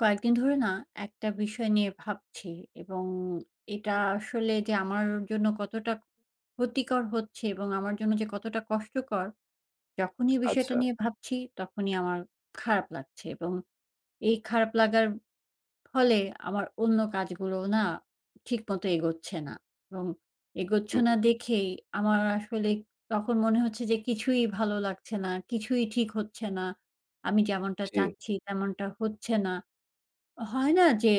কয়েকদিন ধরে না একটা বিষয় নিয়ে ভাবছি, এবং এটা আসলে যে আমার জন্য কতটা ক্ষতিকর হচ্ছে এবং আমার জন্য যে কতটা কষ্টকর, যখনই বিষয়টা আচ্ছা। নিয়ে ভাবছি তখনই আমার খারাপ লাগছে। এবং এই খারাপ লাগার ফলে আমার অন্য কাজগুলো না ঠিক মতো এগোচ্ছে না, এবং এগোচ্ছে হুম, না দেখেই আমার আসলে তখন মনে হচ্ছে যে কিছুই ভালো লাগছে না, কিছুই ঠিক হচ্ছে না, আমি যেমনটা জি। চাচ্ছি তেমনটা হচ্ছে না। হয় না যে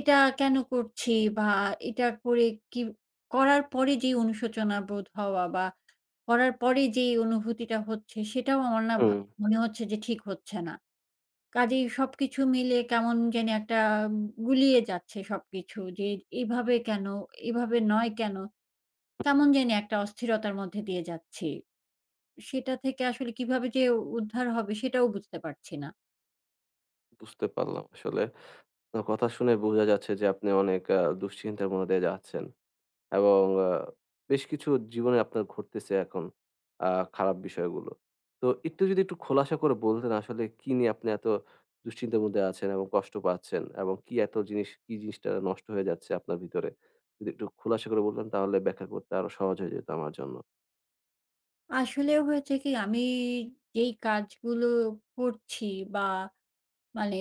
এটা কেন করছি? বা এটা করে কি, করার পরে যেই অনুশোচনা বোধ হওয়া বা করার পরে যেই অনুভূতিটা হচ্ছে সেটাও আমার না হুম, মনে হচ্ছে যে ঠিক হচ্ছে না। কাজেই সবকিছু মিলে কেমন জানি একটা গুলিয়ে যাচ্ছে সবকিছু যে এভাবে কেন? এভাবে নয় কেন? কেমন জানি একটা অস্থিরতার মধ্যে দিয়ে যাচ্ছি। সেটা থেকে আসলে কিভাবে যে উদ্ধার হবে সেটাও বুঝতে পারছি না। বুঝতে পারলাম আসলে। আপনার কথা শুনে বোঝা যাচ্ছে যে আপনি অনেক দুশ্চিন্তার মধ্য দিয়ে যাচ্ছেন, এবং বেশ কিছু জীবনে আপনার ঘটতেছে এখন আ খারাপ বিষয়গুলো। তো একটু যদি একটু খোলাসা করে বলতেন আসলে কি নিয়ে আপনি এত দুশ্চিন্তার মধ্যে আছেন এবং কষ্ট পাচ্ছেন, এবং কি জিনিসটা নষ্ট হয়ে যাচ্ছে আপনার ভিতরে? যদি একটু খোলাসা করে বলতেন, তাহলে ব্যাখ্যা করতে আরো সহজ হয়ে যেত আমার জন্য। আসলে হয়েছে কি আমি যেই কাজগুলো করছি বা মানে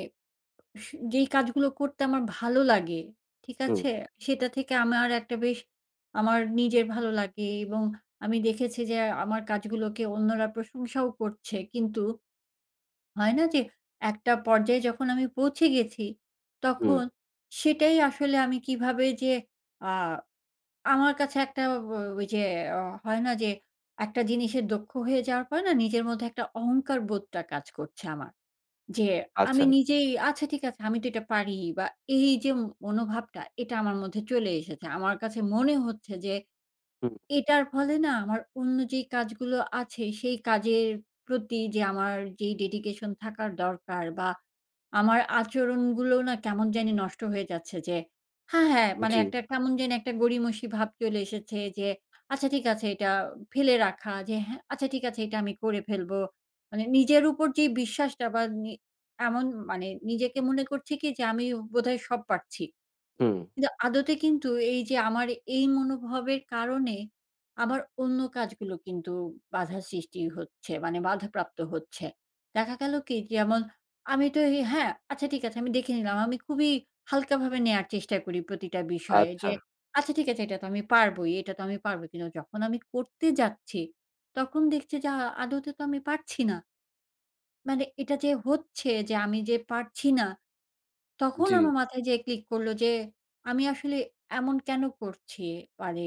স যেই কাজগুলো করতে আমার ভালো লাগে, ঠিক হুম, আছে? সেটা থেকে আমার একটা বেশ আমার নিজের ভালো লাগে, এবং আমি দেখেছি যে আমার কাজগুলোকে অন্যরা প্রশংসাও করছে। কিন্তু হয় না যে একটা পর্যায়ে যখন আমি পৌঁছে গেছি, হুম, তখন সেটাই আসলে আমি কিভাবে যে আ আমার কাছে একটা ও ওই যে অ হয় না যে একটা জিনিসে দক্ষ হয়ে যাওয়ার পরে না নিজের মধ্যে একটা অহংকার বোধটা কাজ করছে আমার। যে আমি আচ্ছা। নিজেই আচ্ছা ঠিক আছে আমি তো এটা পারি বা এই যে মনোভাবটা এটা আমার মধ্যে চলে এসেছে। আমার কাছে মনে হচ্ছে যে হুম, এটার ফলে না আমার অন্য যেই কাজগুলো আছে, সেই কাজের প্রতি যে আমার যেই ডেডিকেশন থাকার দরকার বা আমার আচরণগুলো না কেমন জানি নষ্ট হয়ে যাচ্ছে যে হ্যাঁ, হ্যাঁ, মানে জি, একটা কেমন জানি একটা গড়িমসি ভাব চলে এসেছে যে, "আচ্ছা ঠিক আছে এটা" ফেলে রাখা যে, "হ্যাঁ, আচ্ছা ঠিক আছে এটা আমি করে ফেলবো।" মানে নিজের উপর যে বিশ্বাসটা বা নি এমন মানে নিজেকে মনে করছি কি যে, "আমি বোধহয় সব পারছি।" হুম, কিন্তু আদতে কিন্তু এই যে আমার এই মনোভাবের কারণে আমার অন্য কাজগুলো কিন্তু বাধার সৃষ্টি হচ্ছে, মানে বাধাপ্রাপ্ত হচ্ছে। দেখা গেল কি যেমন আমি তো এই হ্যাঁ, আচ্ছা ঠিক আছে আমি দেখে নিলাম। আমি খুবই হালকাভাবে নেয়ার চেষ্টা করি প্রতিটা বিষয়ে আচ্ছা, যে আচ্ছা ঠিক আছে এটা তো আমি পারবোই, এটা তো আমি পারবো। কিন্তু যখন আমি করতে যাচ্ছি তখন দেখছি যে আদতে তো আমি পারছি না। মানে এটা যে হচ্ছে যে আমি যে পারছি না তখন জি, আমার মাথায় যেয়ে ক্লিক করল যে, আমি আসলে এমন কেন করছি? মানে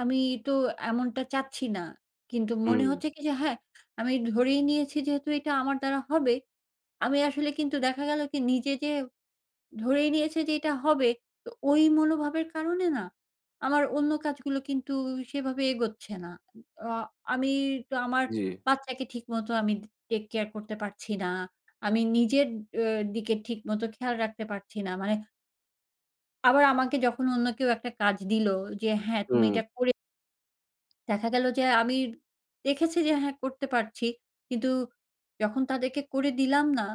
আমি তো এমনটা চাচ্ছি না। কিন্তু মনে হুম। হচ্ছে কি যে হ্যাঁ, আমি ধরেই নিয়েছি যেহেতু এটা আমার দ্বারা হবে, আমি আসলে কিন্তু দেখা গেল কি নিজে যে ধরেই নিয়েছে যে এটা হবে, তো ওই মনোভাবের কারণে না আমার অন্য কাজগুলো কিন্তু সেভাবে এগোচ্ছে না। আ আমি তো আমার জি, বাচ্চাকে ঠিকমতো আমি টেক কেয়ার করতে পারছি না। আমি নিজের অ দিকে ঠিকমতো খেয়াল রাখতে পারছি না। মানে আবার আমাকে যখন অন্য কেউ একটা কাজ দিল যে, "হ্যাঁ, তুমি হুম, এটা করে দেখা গেল যে আমি দেখেছি যে হ্যাঁ, করতে পারছি। কিন্তু যখন তাদেরকে করে দিলাম না,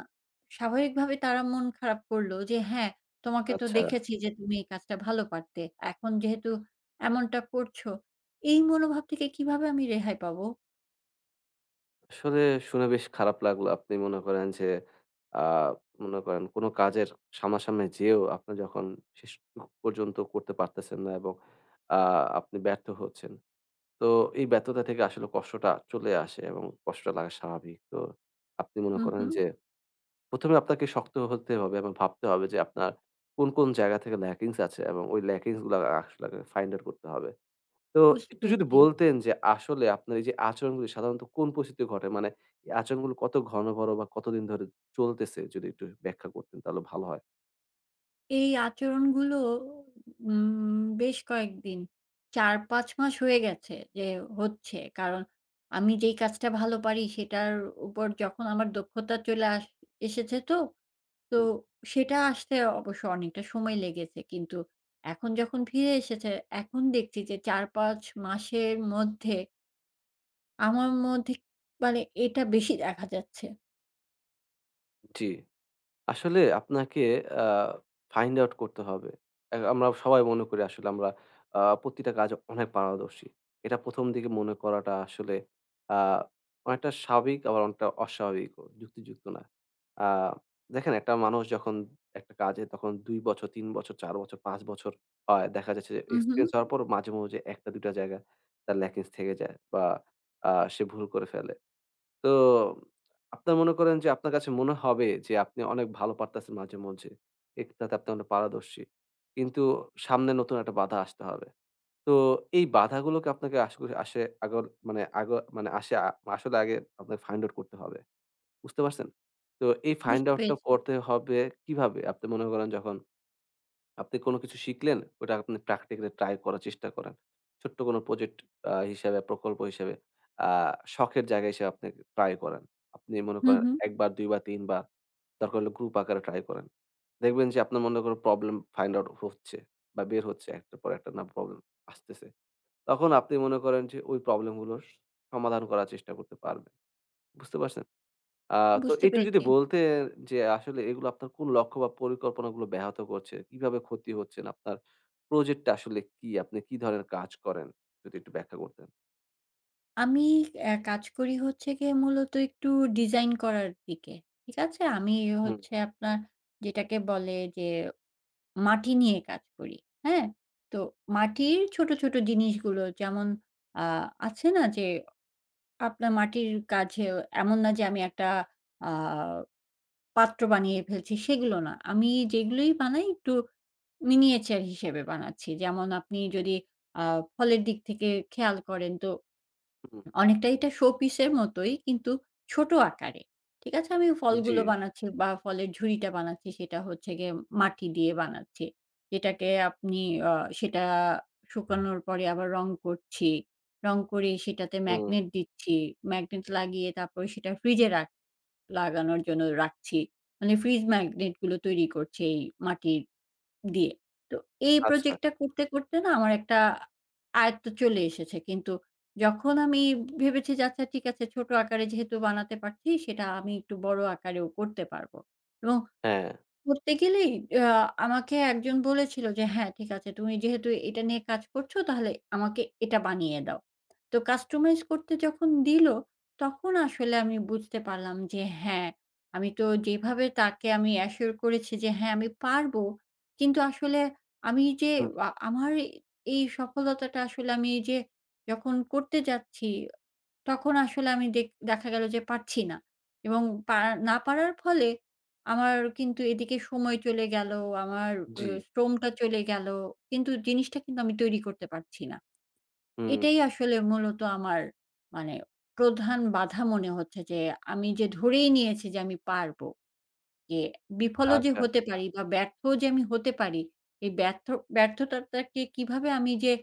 স্বাভাবিকভাবে তারা মন খারাপ করল যে, "হ্যাঁ, তোমাকে তো আচ্ছা। দেখেছি যে তুমি এই কাজটা ভালো পারতে। এখন যেহেতু এমনটা করছো।" এই মনোভাব থেকে কিভাবে আমি রেহাই পাবো? আসলে শুনে বেশ খারাপ লাগলো। আপনি মনে করেন যে, আ মনে করেন কোনো কাজের সামনাসামনি যেয়েও আপনি যখন শেষ পর্যন্ত করতে পারতেছেন না, এবং আ আপনি ব্যর্থ হচ্ছেন। তো এই ব্যর্থতা থেকে আসলে কষ্টটা চলে আসে, এবং কষ্টটা লাগা স্বাভাবিক। তো আপনি মনে হু, করেন হু, যে, ১ম এ আপনাকে শক্ত হতে হবে, এবং ভাবতে হবে যে আপনার কোন, কোন জায়গা থেকে ল্যাকিংস আছে, এবং ওই ল্যাকিংস গুলা আসলে ফাইন্ড আউট করতে হবে। তো বুঝতে একটু যদি পেরেছি। বলতেন যে আসলে আপনার এই যে আচরণগুলি সাধারণত কোন পরিস্থিতিতে ঘটে? মানে এই আচরণগুলো কত ঘন, বড় বা কতদিন ধরে চলতেছে? যদি একটু ব্যাখ্যা করতেন তাহলে ভালো হয়। এই আচরণগুলো উম বেশ কয়েকদিন ৪-৫ মাস হয়ে গেছে যে হচ্ছে। কারণ আমি যেই কাজটা ভালো পারি সেটার উপর যখন আমার দক্ষতা চলে আস এসেছে তো, তো হুম, সেটা আসতে অবশ্য অনেকটা সময় লেগেছে। কিন্তু এখন যখন ফিরে এসেছে, এখন দেখছি যে ৪-৫ মাসের মধ্যে আমার মধ্যে মানে এটা বেশি দেখা যাচ্ছে। জি। আসলে আপনাকে আ ফাইন্ড আউট করতে হবে। আমরা সবাই মনে করি আসলে আমরা প্রতিটা কাজে অনেক পারদর্শী। এটা ১ম দিকে মনে করাটা আসলে আ অনেকটা স্বাভাবিক, আবার অনেকটা অস্বাভাবিকও, যুক্তিযুক্ত না। আ দেখেন, একটা মানুষ যখন একটা কাজে তখন ২ বছর, ৩ বছর, ৪ বছর, ৫ বছর হয়। দেখা যাচ্ছে যে হুম, হুম। এক্সপেরিয়েন্স হওয়ার পর মাঝে, মাঝে ১ টা ২ টা জায়গা তার ল্যাকিংস থেকে যায়, বা সে ভুল করে ফেলে। তো আপনার মনে করেন যে আপনার কাছে মনে হবে যে আপনি অনেক ভালো পারতেছেন মাঝে মধ্যে। এটাতে আপনি অনেক পারদর্শী। কিন্তু সামনে নতুন একটা বাধা আসতে হবে। তো এই বাধাগুলোকে আপনাকে আস করে আসে আগর মানে আগ মানে আসে আ আসলে আগে আপনাকে ফাইন্ড আউট করতে হবে। বুঝতে পারছেন? তো এই ফাইন্ড বুঝতে আউট টা পেরেছি। করতে হবে কিভাবে? আপনি মনে করেন যখন আপনি কোনো কিছু শিখলেন, ওটা আপনি প্র্যাকটিক্যালি ট্রাই করার চেষ্টা করেন। ছোট্ট কোনো প্রজেক্ট হিসাবে, প্রকল্প হিসেবে, আ শখের জায়গা হিসেবে আপনি ট্রাই করেন। আপনি মনে হুম, করেন হুম। ১ বার, ২ বার, ৩ বার, দরকার হলে গ্রুপ আকারে ট্রাই করেন। দেখবেন যে আপনার মনে করেন প্রবলেম ফাইন্ড আউট হচ্ছে বা বের হচ্ছে একটার পর একটা না প্রবলেম আসতেছে। তখন আপনি মনে করেন যে ওই প্রবলেমগুলোর সমাধান করার চেষ্টা করতে পারবেন। বুঝতে পারছেন? আ তো বুঝতে একটু যদি পেরেছি। বলতেন যে আসলে এগুলো আপনার কোন লক্ষ্য বা পরিকল্পনাগুলো ব্যাহত করছে? কিভাবে ক্ষতি হচ্ছেন? আপনার প্রজেক্টটা আসলে কি? আপনি কি ধরনের কাজ করেন? যদি একটু ব্যাখ্যা করতেন। আমি কাজ করি হচ্ছে গিয়ে মূলত একটু ডিজাইন করার দিকে। ঠিক আছে? আমি হুম, হচ্ছে আপনার যেটাকে বলে যে মাটি নিয়ে কাজ করি। হ্যাঁ? তো মাটির ছোট, ছোট জিনিসগুলো যেমন আ আছে না যে আপনার মাটির কাজে এমন না যে আমি একটা আ পাত্র বানিয়ে ফেলছি সেগুলো না। আমি যেগুলোই বানাই একটু মিনিয়েচার হিসেবে বানাচ্ছি। যেমন আপনি যদি আ ফলের দিক থেকে খেয়াল করেন তো হুম, অনেকটা এটা শোপিস এর মতোই কিন্তু ছোট আকারে। ঠিক আছে? আমি জি, ফলগুলো বানাচ্ছি বা ফলের ঝুড়িটা বানাচ্ছি সেটা হচ্ছে গিয়ে মাটি দিয়ে বানাচ্ছি। যেটাকে আপনি আ সেটা শুকানোর পরে আবার রং করছি। রং করে সেটাতে হুম, ম্যাগনেট দিচ্ছি। ম্যাগনেট লাগিয়ে তারপরে সেটা ফ্রিজে রাখ লাগানোর জন্য রাখছি। মানে ফ্রিজ ম্যাগনেট গুলো তৈরি করছে এই মাটির দিয়ে। তো এই আচ্ছা, প্রজেক্টটা করতে, করতে না আমার একটা আয়ত্ত চলে এসেছে। কিন্তু যখন আমি ভেবেছি যে আচ্ছা ঠিক আছে ছোট আকারে যেহেতু বানাতে পারছি সেটা আমি একটু বড় আকারেও করতে পারব। এবং হ্যাঁ, করতে গেলেই আ আমাকে একজন বলেছিল যে, "হ্যাঁ, ঠিক আছে। তুমি যেহেতু এটা নিয়ে কাজ করছো, তাহলে আমাকে এটা বানিয়ে দাও।" তো কাস্টমাইজ করতে যখন দিল, তখন আসলে আমি বুঝতে পারলাম যে, হ্যাঁ, আমি তো যেভাবে তাকে আমি অ্যাসিওর করেছি যে, হ্যাঁ, আমি পারবো। কিন্তু আসলে আমি যে হুম, আমার এই সফলতাটা আসলে আমি যে যখন করতে যাচ্ছি তখন আসলে আমি দেখা গেল যে পারছি না। এবং পারা না পারার ফলে আমার কিন্তু এদিকে সময় চলে গেল, আমার জি, শ্রমটা চলে গেল। কিন্তু জিনিসটা কিন্তু আমি তৈরি করতে পারছি না। হুম, এটাই আসলে মূলত আমার মানে প্রধান বাধা মনে হচ্ছে যে, আমি যে ধরেই নিয়েছি যে আমি পারবো। যে বিফলও যে আচ্ছা, হতে পারি বা ব্যর্থও যে আমি হতে পারি, এই ব্যর্থ ব্যর্থতাটাকে কিভাবে আমি যে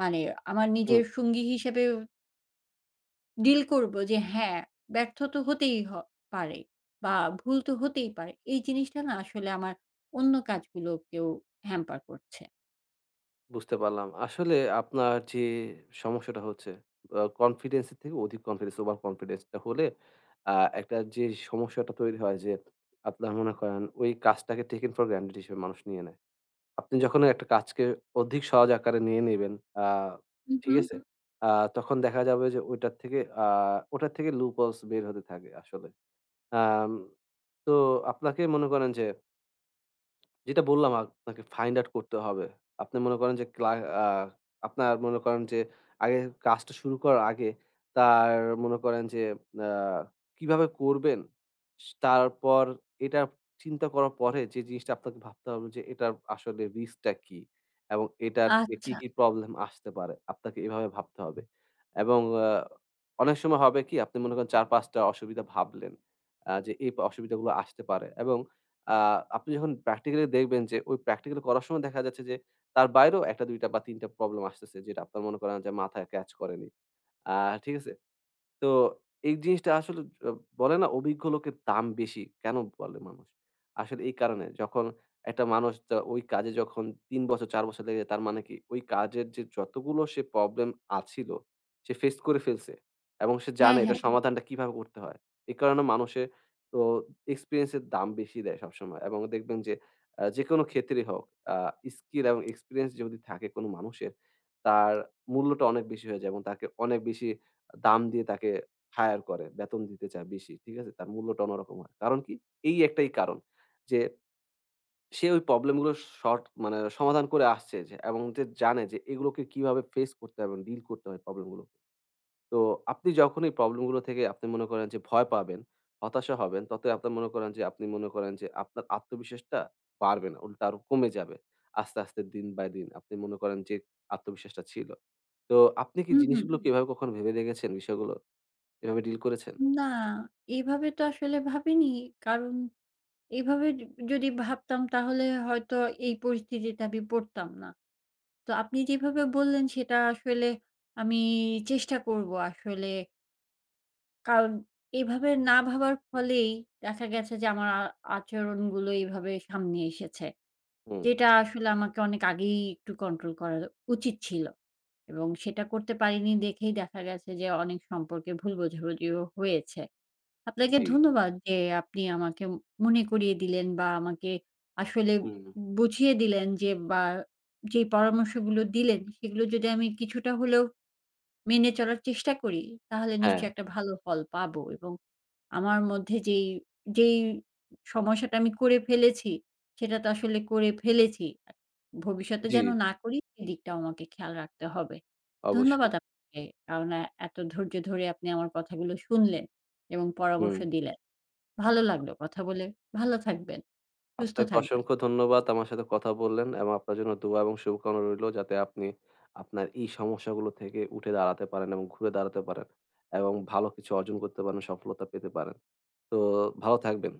মানে আমার হুম, নিজের সঙ্গী হিসেবে ডিল করব যে হ্যাঁ, ব্যর্থ তো হতেই হ পারে বা ভুল তো হতেই পারে। এই জিনিসটা না আসলে আমার অন্য কাজগুলোকেও হ্যাম্পার করছে। বুঝতে পারলাম। আসলে আপনার যে সমস্যাটা হচ্ছে কনফিডেন্স এর থেকে অধিক কনফিডেন্স, ওভার কনফিডেন্স টা হলে আ একটা যে সমস্যাটা তৈরি হয়, যে আপনার মনে করেন ওই কাজটাকে টেকেন ফর গ্রান্টেড হিসেবে মানুষ নিয়ে নেয়। আপনি যখন একটা কাজকে অধিক সহজ আকারে নিয়ে নিবেন, আ হু, হু। ঠিক আছে? আ তখন দেখা যাবে যে ওইটার থেকে আ ওটার থেকে loopholes বের হতে থাকে আসলে। আম তো আপনাকে মনে করেন যে, যেটা বললাম আপনাকে ফাইন্ড আউট করতে হবে। আপনি মনে করেন যে ক্লা আ আপনার মনে করেন যে আগে কাজটা শুরু করার আগে তার মনে করেন যে আ কিভাবে করবেন? তারপর এটা চিন্তা করার পরে যে জিনিসটা আপনাকে ভাবতে হবে যে এটার আসলে রিস্কটা কি? এবং এটার থেকে কি, আচ্ছা। কি প্রবলেম আসতে পারে? আপনাকে এভাবে ভাবতে হবে। এবং অনেক সময় হবে কি আপনি মনে করেন ৪-৫ টা অসুবিধা ভাবলেন। যে এই অসুবিধাগুলো আসতে পারে, এবং আ আপনি যখন প্র্যাকটিক্যালি দেখবেন যে ওই প্র্যাকটিক্যালি করার সময় দেখা যাচ্ছে যে তার বাইরেও ১ টা ২ টা বা ৩ টা প্রবলেম আসতেছে, যেটা আপনার মনে করেন যে মাথায় ক্যাচ করেনি। আ ঠিক আছে? তো এই জিনিসটা আসলে অ বলে না, অভিজ্ঞ লোকের দাম বেশি। কেন বলে মানুষ? আসলে এই কারণে, যখন একটা মানুষ তা ওই কাজে যখন ৩ বছর ৪ বছর লেগে যায়, তার মানে কি ওই কাজের যে যতগুলো সে প্রবলেম আছিল সে ফেস করে ফেলছে, এবং সে হ্যাঁ, জানে হ্যাঁ। এটার সমাধানটা কিভাবে করতে হয়। এই কারণে মানুষে তো এক্সপেরিয়েন্স এর দাম বেশি দেয় সবসময়, এবং দেখবেন যে যেকোনো ক্ষেত্রেই হোক আ স্কিল এবং এক্সপেরিয়েন্স যদি থাকে কোনো মানুষের, তার মূল্যটা অনেক বেশি হয়ে যায়, এবং তাকে অনেক বেশি দাম দিয়ে তাকে হায়ার করে। বেতন দিতে চায় বেশি। ঠিক আছে? তার মূল্যটা অন্যরকম হয়। কারণ কি? এই একটাই কারণ। যে সে ওই প্রবলেম গুলো শর্ট মানে সমাধান করে আসছে, যে এবং যে জানে যে এগুলোকে কিভাবে ফেস করতে হবে, ডিল করতে হয় প্রবলেম গুলো। তো আপনি যখন এই প্রবলেম গুলো থেকে আপনি মনে করেন যে ভয় পাবেন, হতাশা হবেন, ততই আপনার মনে করেন যে আপনি মনে করেন যে আপনার আত্মবিশ্বাসটা বাড়বে না। উল্টা আরো কমে যাবে। আস্তে, আস্তে দিন বাই দিন আপনি মনে করেন যে আত্মবিশ্বাসটা ছিল। তো আপনি কি হুম, হুম। জিনিসগুলো কি এভাবে কখনো ভেবে দেখেছেন বিষয়গুলো? এভাবে ডিল করেছেন? না, এভাবে তো আসলে ভাবিনি। কারণ এভাবে য যদি ভাবতাম তাহলে হয়তো এই পরিস্থিতিতে আমি পড়তাম না। তো আপনি যেভাবে বললেন সেটা আসলে আমি চেষ্টা করব আসলে, কারণ এভাবে না ভাবার ফলেই দেখা গেছে যে আমার আচরণগুলো এভাবে সামনে এসেছে। হুম, যেটা আসলে আমাকে অনেক আগেই একটু কন্ট্রোল করা উচিত ছিল। এবং সেটা করতে পারিনি দেখেই দেখা গেছে যে অনেক সম্পর্কে ভুল বোঝাবুঝিও হয়েছে। আপনাকে জি, ধন্যবাদ যে আপনি আমাকে মনে করিয়ে দিলেন বা আমাকে আসলে হুম, বুঝিয়ে দিলেন যে বা যেই পরামর্শগুলো দিলেন সেগুলো যদি আমি কিছুটা হলেও মেনে চলার চেষ্টা করি তাহলে হ্যাঁ, নিশ্চয়ই একটা ভালো ফল পাবো। এবং আমার মধ্যে যেই যেই সমস্যাটা আমি করে ফেলেছি, সেটা তো আসলে করে ফেলেছি। ভবিষ্যতে জি, যেন না করি সেদিকটাও আমাকে খেয়াল রাখতে হবে। ধন্যবাদ অবশ্যই। আপনাকে। কারণ এ এত ধৈর্য ধরে আপনি আমার কথাগুলো শুনলেন এবং পরামর্শ হুম, দিলেন। ভালো লাগলো কথা বলে। ভালো থাকবেন, সুস্থ আপনাকে থাকবেন। অসংখ্য ধন্যবাদ। আমার সাথে কথা বললেন, এবং আপনার জন্য দোয়া এবং শুভকামনা রইলো যাতে আপনি আপনার এই সমস্যাগুলো থেকে উঠে দাঁড়াতে পারেন এবং ঘুরে দাঁড়াতে পারেন, এবং ভালো কিছু অর্জন করতে পারেন, সফলতা পেতে পারেন। তো ভালো থাকবেন।